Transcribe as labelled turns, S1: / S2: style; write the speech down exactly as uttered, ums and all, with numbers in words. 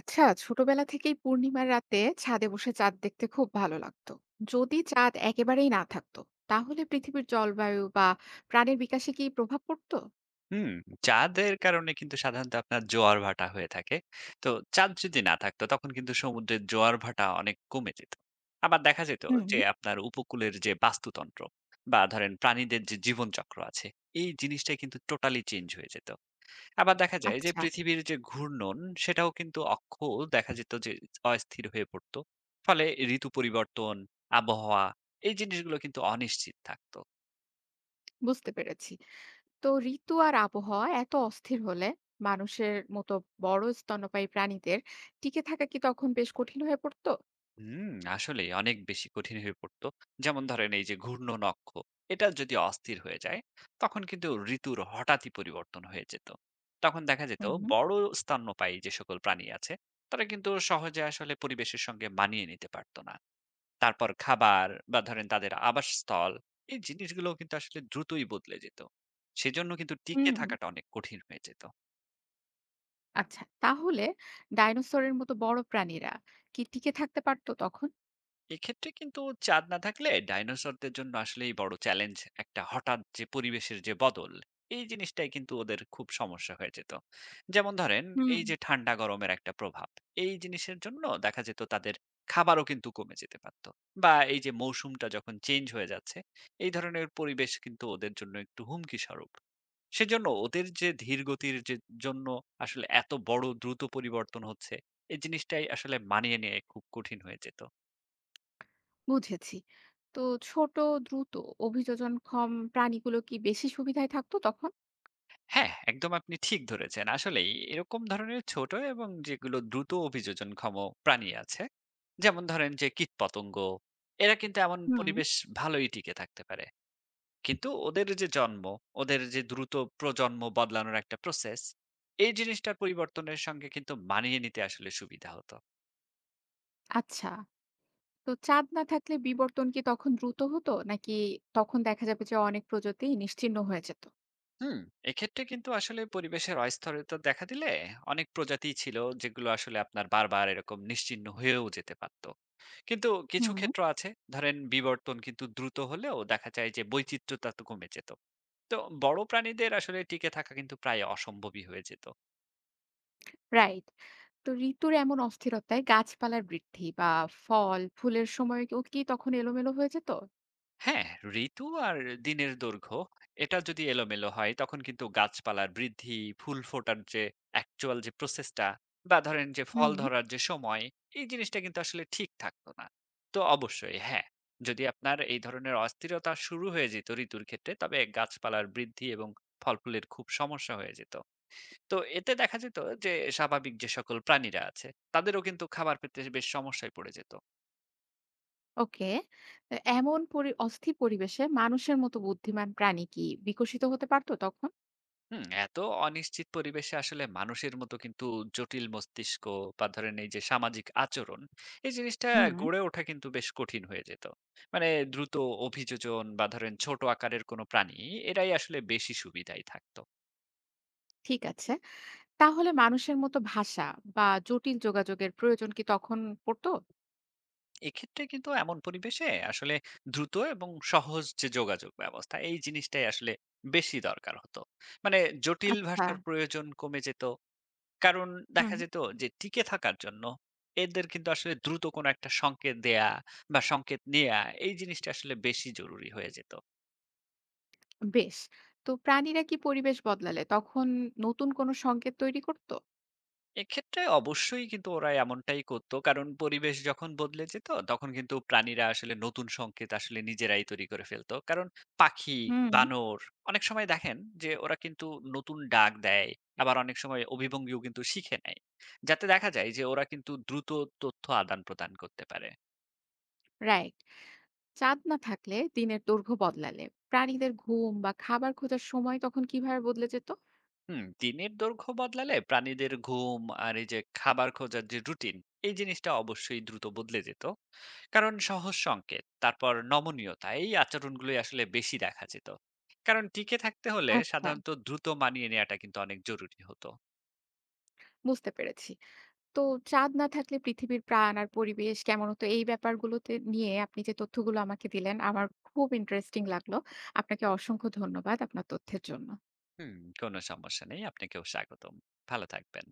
S1: আচ্ছা, ছোটবেলা থেকেই পূর্ণিমার রাতে ছাদে বসে চাঁদ দেখতে খুব ভালো লাগতো। যদি চাঁদ একেবারেই না থাকতো, তাহলে পৃথিবীর জলবায়ু বা প্রাণের বিকাশে কি প্রভাব পড়তো?
S2: হুম, চাঁদের কারণে কিন্তু সাধারণত আপনার জোয়ার ভাটা হয়ে থাকে। তো চাঁদ যদি না থাকতো তখন কিন্তু সমুদ্রের জোয়ার ভাটা অনেক কমে যেত। আবার দেখা যেত
S1: হুম।
S2: যে আপনার উপকূলের যে বাস্তুতন্ত্র বা ধরেন প্রাণীদের যে জীবনচক্র আছে এই জিনিসটাই কিন্তু টোটালি চেঞ্জ হয়ে যেত। আবার দেখা যায় যে
S1: আচ্ছা,
S2: পৃথিবীর যে ঘূর্ণন সেটাও কিন্তু অক্ষ দেখা যেত যে অস্থির হয়ে পড়তো। ফলে ঋতু পরিবর্তন, আবহাওয়া এই জিনিসগুলো কিন্তু অনিশ্চিত থাকতো।
S1: বুঝতে পেরেছি। তো ঋতু আর আবহাওয়া এত অস্থির হলে মানুষের মতো বড় স্তন্যপায়ী প্রাণীদের টিকে থাকা কি তখন বেশ কঠিন হয়ে পড়তো?
S2: হুম, আসলেই অনেক বেশি কঠিন হয়ে পড়তো, যেমন ধরেন এই যে ঘূর্ণন অক্ষ এটা যদি অস্থির হয়ে যায় তখন কিন্তু ঋতুর হঠাৎই পরিবর্তন হয়ে যেত। তখন দেখা যেত
S1: হুম,
S2: বড় স্তন্যপায়ী যে সকল প্রাণী আছে তারা কিন্তু সহজে আসলে পরিবেশের সঙ্গে মানিয়ে নিতে পারতো না। তারপর খাবার বা ধরেন তাদের আবাসস্থল এই জিনিসগুলো কিন্তু আসলে দ্রুতই বদলে যেত, সেজন্য কিন্তু
S1: হুম,
S2: টিকে
S1: হুম।
S2: থাকাটা অনেক কঠিন হয়ে যেত।
S1: আচ্ছা, তাহলে ডাইনোসরের মতো বড় প্রাণীরা কি টিকে থাকতে পারতো তখন?
S2: এক্ষেত্রে কিন্তু চাঁদ না থাকলে ডাইনোসরদের জন্য আসলেই বড় চ্যালেঞ্জ। একটা হঠাৎ যে পরিবেশের যে বদল এই জিনিসটাই কিন্তু ওদের খুব সমস্যা হয়ে যেত। যেমন ধরেন
S1: হুম।
S2: এই যে ঠান্ডা গরমের একটা প্রভাব, এই জিনিসের জন্য দেখা যেত তাদের খাবারও কিন্তু কমে যেতে পারতো। বা এই যে মৌসুমটা যখন চেঞ্জ হয়ে যাচ্ছে, এই ধরনের পরিবেশ কিন্তু ওদের জন্য একটু হুমকি স্বরূপ। সেজন্য ওদের যে ধীর গতির যে জন্য, আসলে এত বড় দ্রুত পরিবর্তন হচ্ছে, এই জিনিসটাই আসলে মানিয়ে নিয়ে খুব কঠিন হয়ে যেত।
S1: বুঝেছি। তো ছোট, দ্রুত অভিযোজনক্ষম প্রাণীগুলো কি বেশি সুবিধায় থাকতো তখন?
S2: হ্যাঁ, একদম আপনি ঠিক ধরেছেন। আসলেই এরকম ধরনের ছোট এবং যেগুলো দ্রুত অভিযোজনক্ষম প্রাণী আছে, যেমন ধরেন যে কীটপতঙ্গ, এরা কিন্তু এমন
S1: হুম।
S2: পরিবেশ ভালোই টিকে থাকতে পারে। কিন্তু ওদের যে জন্ম, ওদের যে দ্রুত প্রজন্ম বদলানোর একটা প্রসেস, এই জিনিসটার পরিবর্তনের সঙ্গে কিন্তু মানিয়ে নিতে আসলে সুবিধা হতো।
S1: আচ্ছা। তো চাঁদ না থাকলে বিবর্তন কি তখন দ্রুত হতো? নাকি তখন দেখা যাবে যে অনেক প্রজাতি নিশ্চিহ্ন হয়ে যেত?
S2: হুম, এক্ষেত্রে কিন্তু আসলে পরিবেশের অস্থিরতা দেখা দিলে অনেক প্রজাতিই ছিল যেগুলো আসলে আপনার বারবার এরকম নিশ্চিহ্ন হয়েও যেতে পারত। কিন্তু কিছু
S1: হুম।
S2: ক্ষেত্র আছে, ধরেন বিবর্তন কিন্তু দ্রুত হলেও দেখা যায় যে বৈচিত্র্যতা তো কমে যেত। তো বড় প্রাণীদের আসলে টিকে থাকা কিন্তু প্রায় অসম্ভবই হয়ে যেত।
S1: রাইট। তো ঋতুর এমন অস্থিরতায় গাছপালার বৃদ্ধি বা ফল, ফুলের সময়ও কি কি তখন এলোমেলো হয়ে যেত?
S2: হ্যাঁ, ঋতু আর দিনের দৈর্ঘ্য এটা যদি এলোমেলো হয় তখন কিন্তু গাছপালার বৃদ্ধি ফুল ফোটার যে অ্যাকচুয়াল যে প্রসেসটা বা ধরেন যে ফল
S1: হুম।
S2: ধরার যে সময় এই জিনিসটা কিন্তু আসলে ঠিক থাকতো না। তো অবশ্যই হ্যাঁ, যদি আপনার এই ধরনের অস্থিরতা শুরু হয়ে যেত ঋতুর ক্ষেত্রে তবে গাছপালার বৃদ্ধি এবং ফল ফুলের খুব সমস্যা হয়ে যেত। তো এতে দেখা যেত যে স্বাভাবিক যে সকল প্রাণীরা আছে তাদেরও কিন্তু খাবার পেতে বেশ সমস্যায় পড়ে যেত।
S1: ওকে। তো এমন পরি অস্থির পরিবেশে মানুষের মতো বুদ্ধিমান প্রাণী কি বিকশিত হতে পারত তখন?
S2: হুম, এত অনিশ্চিত পরিবেশে আসলে মানুষের মতো কিন্তু জটিল মস্তিষ্ক বা ধরেন এই যে সামাজিক আচরণ এই জিনিসটা
S1: হুম।
S2: গড়ে ওঠা কিন্তু বেশ কঠিন হয়ে যেত। মানে দ্রুত অভিযোজন বা ধরেন ছোট আকারের কোনো প্রাণী এরাই আসলে বেশি সুবিধাই থাকতো।
S1: ঠিক আছে। তাহলে মানুষের মতো ভাষা বা জটিল যোগাযোগের প্রয়োজন কি তখন পড়তো?
S2: এক্ষেত্রে কিন্তু এমন পরিবেশে আসলে দ্রুত এবং সহজ যে যোগাযোগ ব্যবস্থা এই জিনিসটাই আসলে বেশি দরকার হতো। মানে জটিল
S1: আচ্ছা।
S2: ভাষার প্রয়োজন কমে যেত। কারণ
S1: হুম।
S2: দেখা যেত যে টিকে থাকার জন্য এদের কিন্তু আসলে দ্রুত কোনো একটা সংকেত দেয়া বা সংকেত নেয়া এই জিনিসটা আসলে বেশি জরুরি হয়ে যেত।
S1: বেশ। তো প্রাণীরা কি পরিবেশ বদলালে তখন নতুন কোনো সংকেত তৈরি করত?
S2: এক্ষেত্রে অবশ্যই কিন্তু ওরা এমনটাই করতো। কারণ পরিবেশ যখন বদলে যেত, তখন কিন্তু প্রাণীরা আসলে নতুন সংকেত আসলে নিজেরাই তৈরি করে ফেলতো। কারণ পাখি,
S1: হুম।
S2: বানর অনেক সময় দেখেন যে ওরা কিন্তু নতুন ডাক দেয়। আবার অনেক সময় অভিভঙ্গিও কিন্তু শিখে নেয়। যাতে দেখা যায় যে ওরা কিন্তু দ্রুত তথ্য আদান-প্রদান করতে পারে।
S1: রাইট। চাঁদ না থাকলে দিনের দৈর্ঘ্য বদলালে প্রাণীদের ঘুম বা খাবার খোঁজার সময় তখন কিভাবে বদলে যেত?
S2: হুম, দিনের দৈর্ঘ্য বদলালে প্রাণীদের ঘুম আর এই যে খাবার খোঁজার যে রুটিন, এই জিনিসটা অবশ্যই দ্রুত বদলে যেত। কারণ সহজ সংকেত তারপর নমনীয়তা এই আচরণগুলোই আসলে বেশি দেখা যেত। কারণ টিকে থাকতে হলে
S1: আচ্ছা,
S2: সাধারণত দ্রুত মানিয়ে নেওয়াটা কিন্তু অনেক জরুরি হতো।
S1: বুঝতে পেরেছি। তো চাঁদ না থাকলে পৃথিবীর প্রাণ আর পরিবেশ কেমন হতো এই ব্যাপারগুলোতে নিয়ে আপনি যে তথ্যগুলো আমাকে দিলেন আমার খুব ইন্টারেস্টিং লাগলো। আপনাকে অসংখ্য ধন্যবাদ আপনার তথ্যের জন্য।
S2: হুম, কোনো সমস্যা নেই। আপনাকেও স্বাগতম। ভালো থাকবেন।